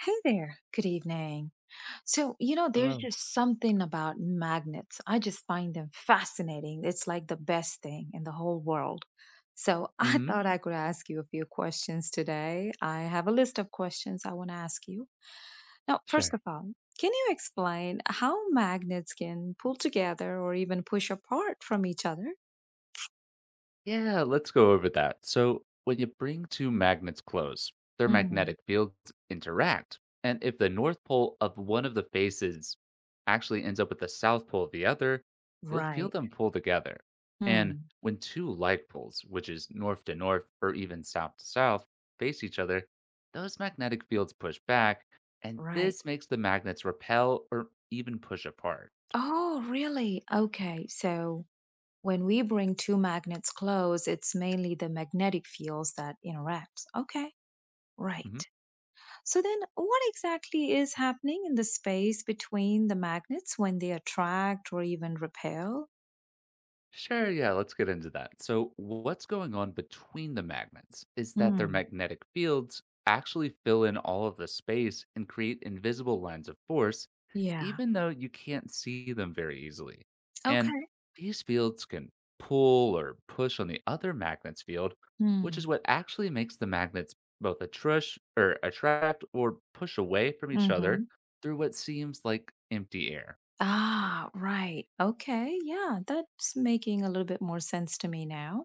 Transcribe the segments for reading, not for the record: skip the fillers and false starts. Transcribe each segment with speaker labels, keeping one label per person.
Speaker 1: Hey there. Good evening. There's
Speaker 2: Hello.
Speaker 1: just something about magnets. I just find them fascinating. It's like the best thing in the whole world. So, I
Speaker 2: Hmm.
Speaker 1: thought I could ask you a few questions today. I have a list of questions I want to ask you. Now, first
Speaker 2: Sure.
Speaker 1: of all, can you explain how magnets can pull together or even push apart from each other?
Speaker 2: Yeah, let's go over that. So, when you bring two magnets close, their
Speaker 1: Hmm.
Speaker 2: magnetic fields interact. And if the north pole of one of the faces actually ends up with the south pole of the other, you'll feel
Speaker 1: Right.
Speaker 2: them pull together. And
Speaker 1: Hmm.
Speaker 2: when two like poles, which is north to north or even south to south, face each other, those magnetic fields push back. And
Speaker 1: Right.
Speaker 2: this makes the magnets repel or even push apart.
Speaker 1: Oh, really? Okay. So, when we bring two magnets close, it's mainly the magnetic fields that interact. Okay,
Speaker 2: Mhm.
Speaker 1: right. So then what exactly is happening in the space between the magnets when they attract or even repel?
Speaker 2: Sure, yeah, let's get into that. So, what's going on between the magnets is that their
Speaker 1: Hmm.
Speaker 2: magnetic fields actually fill in all of the space and create invisible lines of force,
Speaker 1: Yeah.
Speaker 2: even though you can't see them very easily. And
Speaker 1: Okay.
Speaker 2: these fields can pull or push on the other magnet's field, which is
Speaker 1: Hmm.
Speaker 2: what actually makes the magnets both attrush or attract or push away from each
Speaker 1: Mm-hmm.
Speaker 2: other through what seems like empty air.
Speaker 1: Ah, right. Okay. Yeah, that's making a little bit more sense to me now.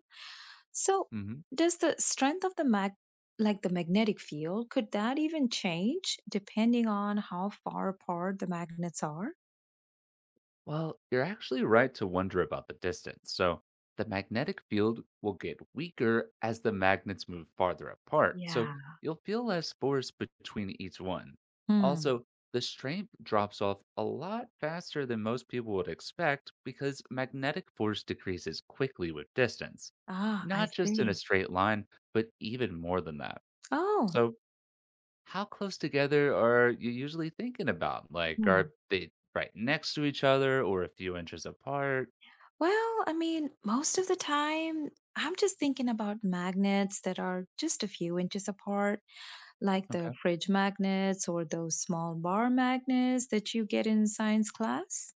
Speaker 1: So,
Speaker 2: Mm-hmm.
Speaker 1: does the strength of the mag, like the magnetic field, could that even change depending on how far apart the magnets are?
Speaker 2: Well, you're actually right to wonder about the distance. So, the magnetic field will get weaker as the magnets move farther apart.
Speaker 1: Yeah.
Speaker 2: So, you'll feel less force between each one.
Speaker 1: Hmm.
Speaker 2: Also, the strength drops off a lot faster than most people would expect because magnetic force decreases quickly with distance,
Speaker 1: Ah, I
Speaker 2: not just in a
Speaker 1: see.
Speaker 2: straight line, but even more than that.
Speaker 1: Oh,
Speaker 2: So, how close together are you usually thinking about? Like,
Speaker 1: hmm.
Speaker 2: are they right next to each other or a few inches apart?
Speaker 1: Well, I mean, most of the time, I'm just thinking about magnets that are just a few inches apart, like the
Speaker 2: Okay.
Speaker 1: fridge magnets or those small bar magnets that you get in science class.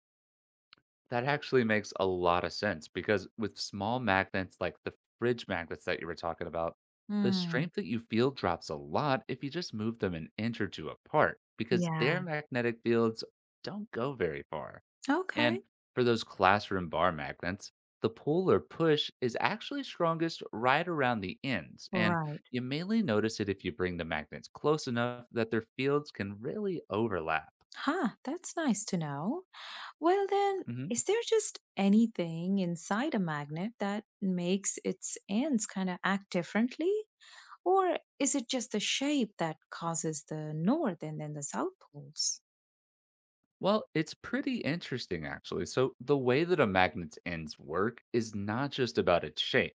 Speaker 2: That actually makes a lot of sense because with small magnets like the fridge magnets that you were talking about, the
Speaker 1: Hmm.
Speaker 2: strength that you feel drops a lot if you just move them an inch or two apart because
Speaker 1: Yeah.
Speaker 2: their magnetic fields don't go very far.
Speaker 1: Okay.
Speaker 2: And for those classroom bar magnets, the pull or push is actually strongest right around the ends. And
Speaker 1: Right.
Speaker 2: you mainly notice it if you bring the magnets close enough that their fields can really overlap.
Speaker 1: Huh, that's nice to know. Well, then,
Speaker 2: Mhm.
Speaker 1: is there just anything inside a magnet that makes its ends kind of act differently? Or is it just the shape that causes the north and then the south poles?
Speaker 2: Well, it's pretty interesting, actually. So, the way that a magnet's ends work is not just about its shape.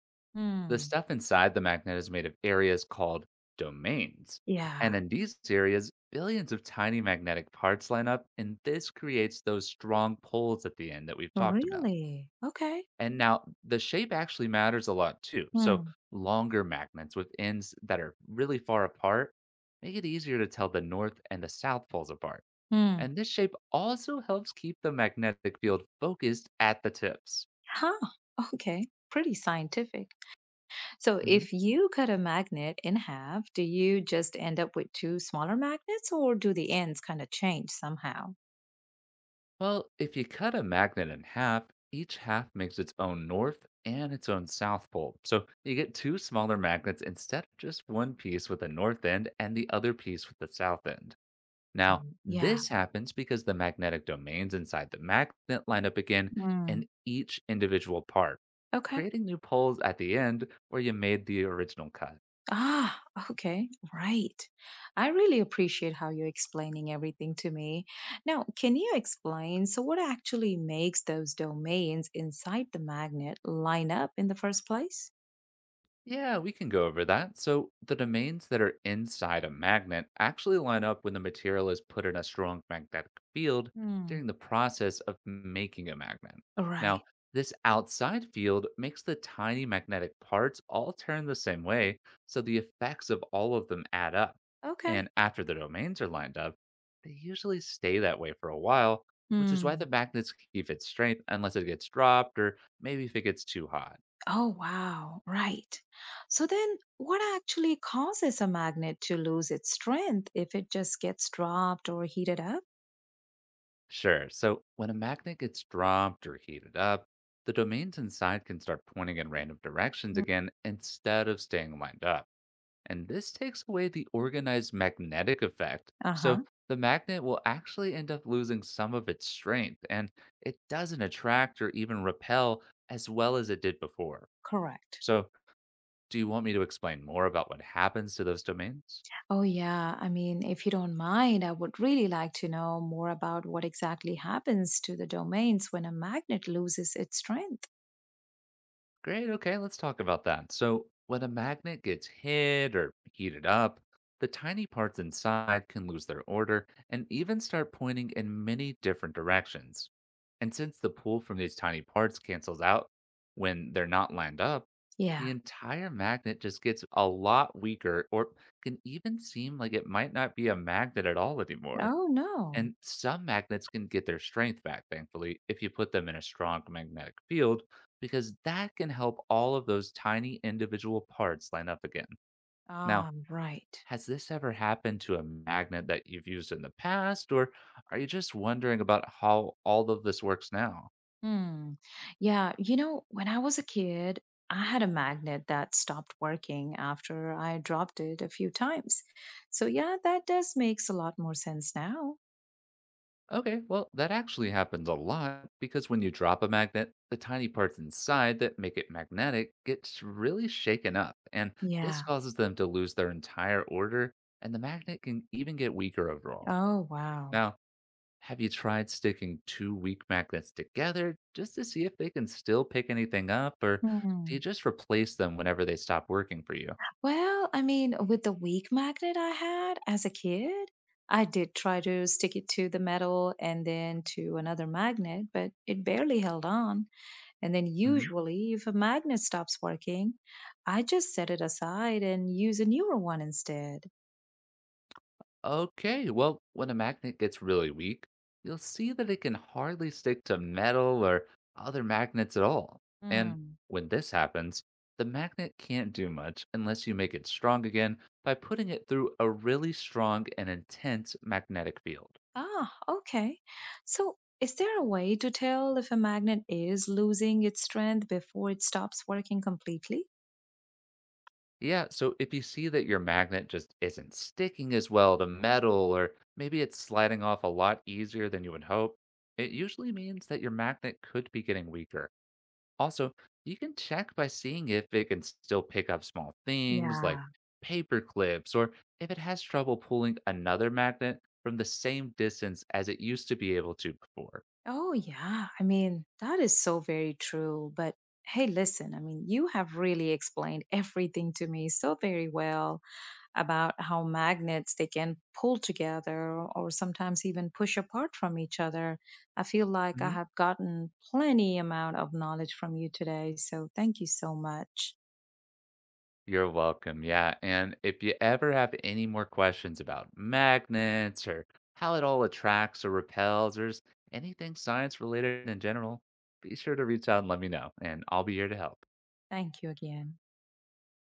Speaker 2: The
Speaker 1: Hmm.
Speaker 2: stuff inside the magnet is made of areas called domains. And
Speaker 1: Yeah,
Speaker 2: in these areas, billions of tiny magnetic parts line up, and this creates those strong poles at the end that we've talked about.
Speaker 1: really? Okay.
Speaker 2: And now the shape actually matters a lot too. So
Speaker 1: Hmm.
Speaker 2: longer magnets with ends that are really far apart make it easier to tell the north and the south poles apart.
Speaker 1: Hmm.
Speaker 2: And this shape also helps keep the magnetic field focused at the tips.
Speaker 1: Huh. Okay. Pretty scientific. So,
Speaker 2: Mm-hmm.
Speaker 1: if you cut a magnet in half, do you just end up with two smaller magnets or do the ends kind of change somehow?
Speaker 2: Well, if you cut a magnet in half, each half makes its own north and its own south pole. So you get two smaller magnets instead of just one piece with a north end and the other piece with the south end. Now,
Speaker 1: Yeah.
Speaker 2: this happens because the magnetic domains inside the magnet line up again
Speaker 1: Mm.
Speaker 2: in each individual part,
Speaker 1: Okay.
Speaker 2: creating new poles at the end where you made the original cut.
Speaker 1: Ah, okay. Right. I really appreciate how you're explaining everything to me. Now, can you explain? So, what actually makes those domains inside the magnet line up in the first place?
Speaker 2: Yeah, we can go over that. So, the domains that are inside a magnet actually line up when the material is put in a strong magnetic field
Speaker 1: Hmm.
Speaker 2: during the process of making a magnet. Now,
Speaker 1: Right.
Speaker 2: this outside field makes the tiny magnetic parts all turn the same way, so the effects of all of them add up.
Speaker 1: Okay.
Speaker 2: And after the domains are lined up, they usually stay that way for a while, which is why
Speaker 1: Hmm.
Speaker 2: the magnets keep its strength unless it gets dropped or maybe if it gets too hot.
Speaker 1: Oh, wow. Right. So, then what actually causes a magnet to lose its strength if it just gets dropped or heated up?
Speaker 2: Sure. So when a magnet gets dropped or heated up, the domains inside can start pointing in random directions again instead of staying lined up. And this takes away the organized magnetic effect.
Speaker 1: Uh huh.
Speaker 2: So the magnet will actually end up losing some of its strength and it doesn't attract or even repel as well as it did before.
Speaker 1: Correct.
Speaker 2: So, do you want me to explain more about what happens to those domains?
Speaker 1: Oh, yeah. I mean, if you don't mind, I would really like to know more about what exactly happens to the domains when a magnet loses its strength.
Speaker 2: Great. Okay. Let's talk about that. So, when a magnet gets hit or heated up, the tiny parts inside can lose their order and even start pointing in many different directions. And since the pull from these tiny parts cancels out when they're not lined up, the
Speaker 1: Yeah.
Speaker 2: entire magnet just gets a lot weaker or can even seem like it might not be a magnet at all anymore.
Speaker 1: Oh, no.
Speaker 2: And some magnets can get their strength back, thankfully, if you put them in a strong magnetic field, because that can help all of those tiny individual parts line up again. Now,
Speaker 1: Ah, right.
Speaker 2: has this ever happened to a magnet that you've used in the past, or are you just wondering about how all of this works now?
Speaker 1: Hmm. Yeah. You know, when I was a kid, I had a magnet that stopped working after I dropped it a few times. So, yeah, that does makes a lot more sense now.
Speaker 2: Okay, well, that actually happens a lot because when you drop a magnet, the tiny parts inside that make it magnetic gets really shaken up, and this
Speaker 1: Yeah.
Speaker 2: causes them to lose their entire order, and the magnet can even get weaker overall.
Speaker 1: Oh, wow.
Speaker 2: Now, have you tried sticking two weak magnets together just to see if they can still pick anything up, or do
Speaker 1: Hmm.
Speaker 2: you just replace them whenever they stop working for you?
Speaker 1: Well, I mean, with the weak magnet I had as a kid, I did try to stick it to the metal and then to another magnet, but it barely held on. And then,
Speaker 2: Mm-hmm.
Speaker 1: usually, if a magnet stops working, I just set it aside and use a newer one instead.
Speaker 2: Okay, well, when a magnet gets really weak, you'll see that it can hardly stick to metal or other magnets at all. And
Speaker 1: Mm.
Speaker 2: when this happens, the magnet can't do much unless you make it strong again by putting it through a really strong and intense magnetic field.
Speaker 1: Ah, okay. So, is there a way to tell if a magnet is losing its strength before it stops working completely?
Speaker 2: Yeah, so if you see that your magnet just isn't sticking as well to metal, or maybe it's sliding off a lot easier than you would hope, it usually means that your magnet could be getting weaker. Also, you can check by seeing if it can still pick up small things like
Speaker 1: Yeah.
Speaker 2: paper clips or if it has trouble pulling another magnet from the same distance as it used to be able to before.
Speaker 1: Oh, yeah. I mean, that is so very true. But hey, listen, I mean, you have really explained everything to me so very well about how magnets they can pull together or sometimes even push apart from each other. I feel like I
Speaker 2: Mhm.
Speaker 1: have gotten plenty amount of knowledge from you today. So thank you so much.
Speaker 2: You're welcome. Yeah. And if you ever have any more questions about magnets or how it all attracts or repels or just anything science related in general, be sure to reach out and let me know, and I'll be here to help.
Speaker 1: Thank you again.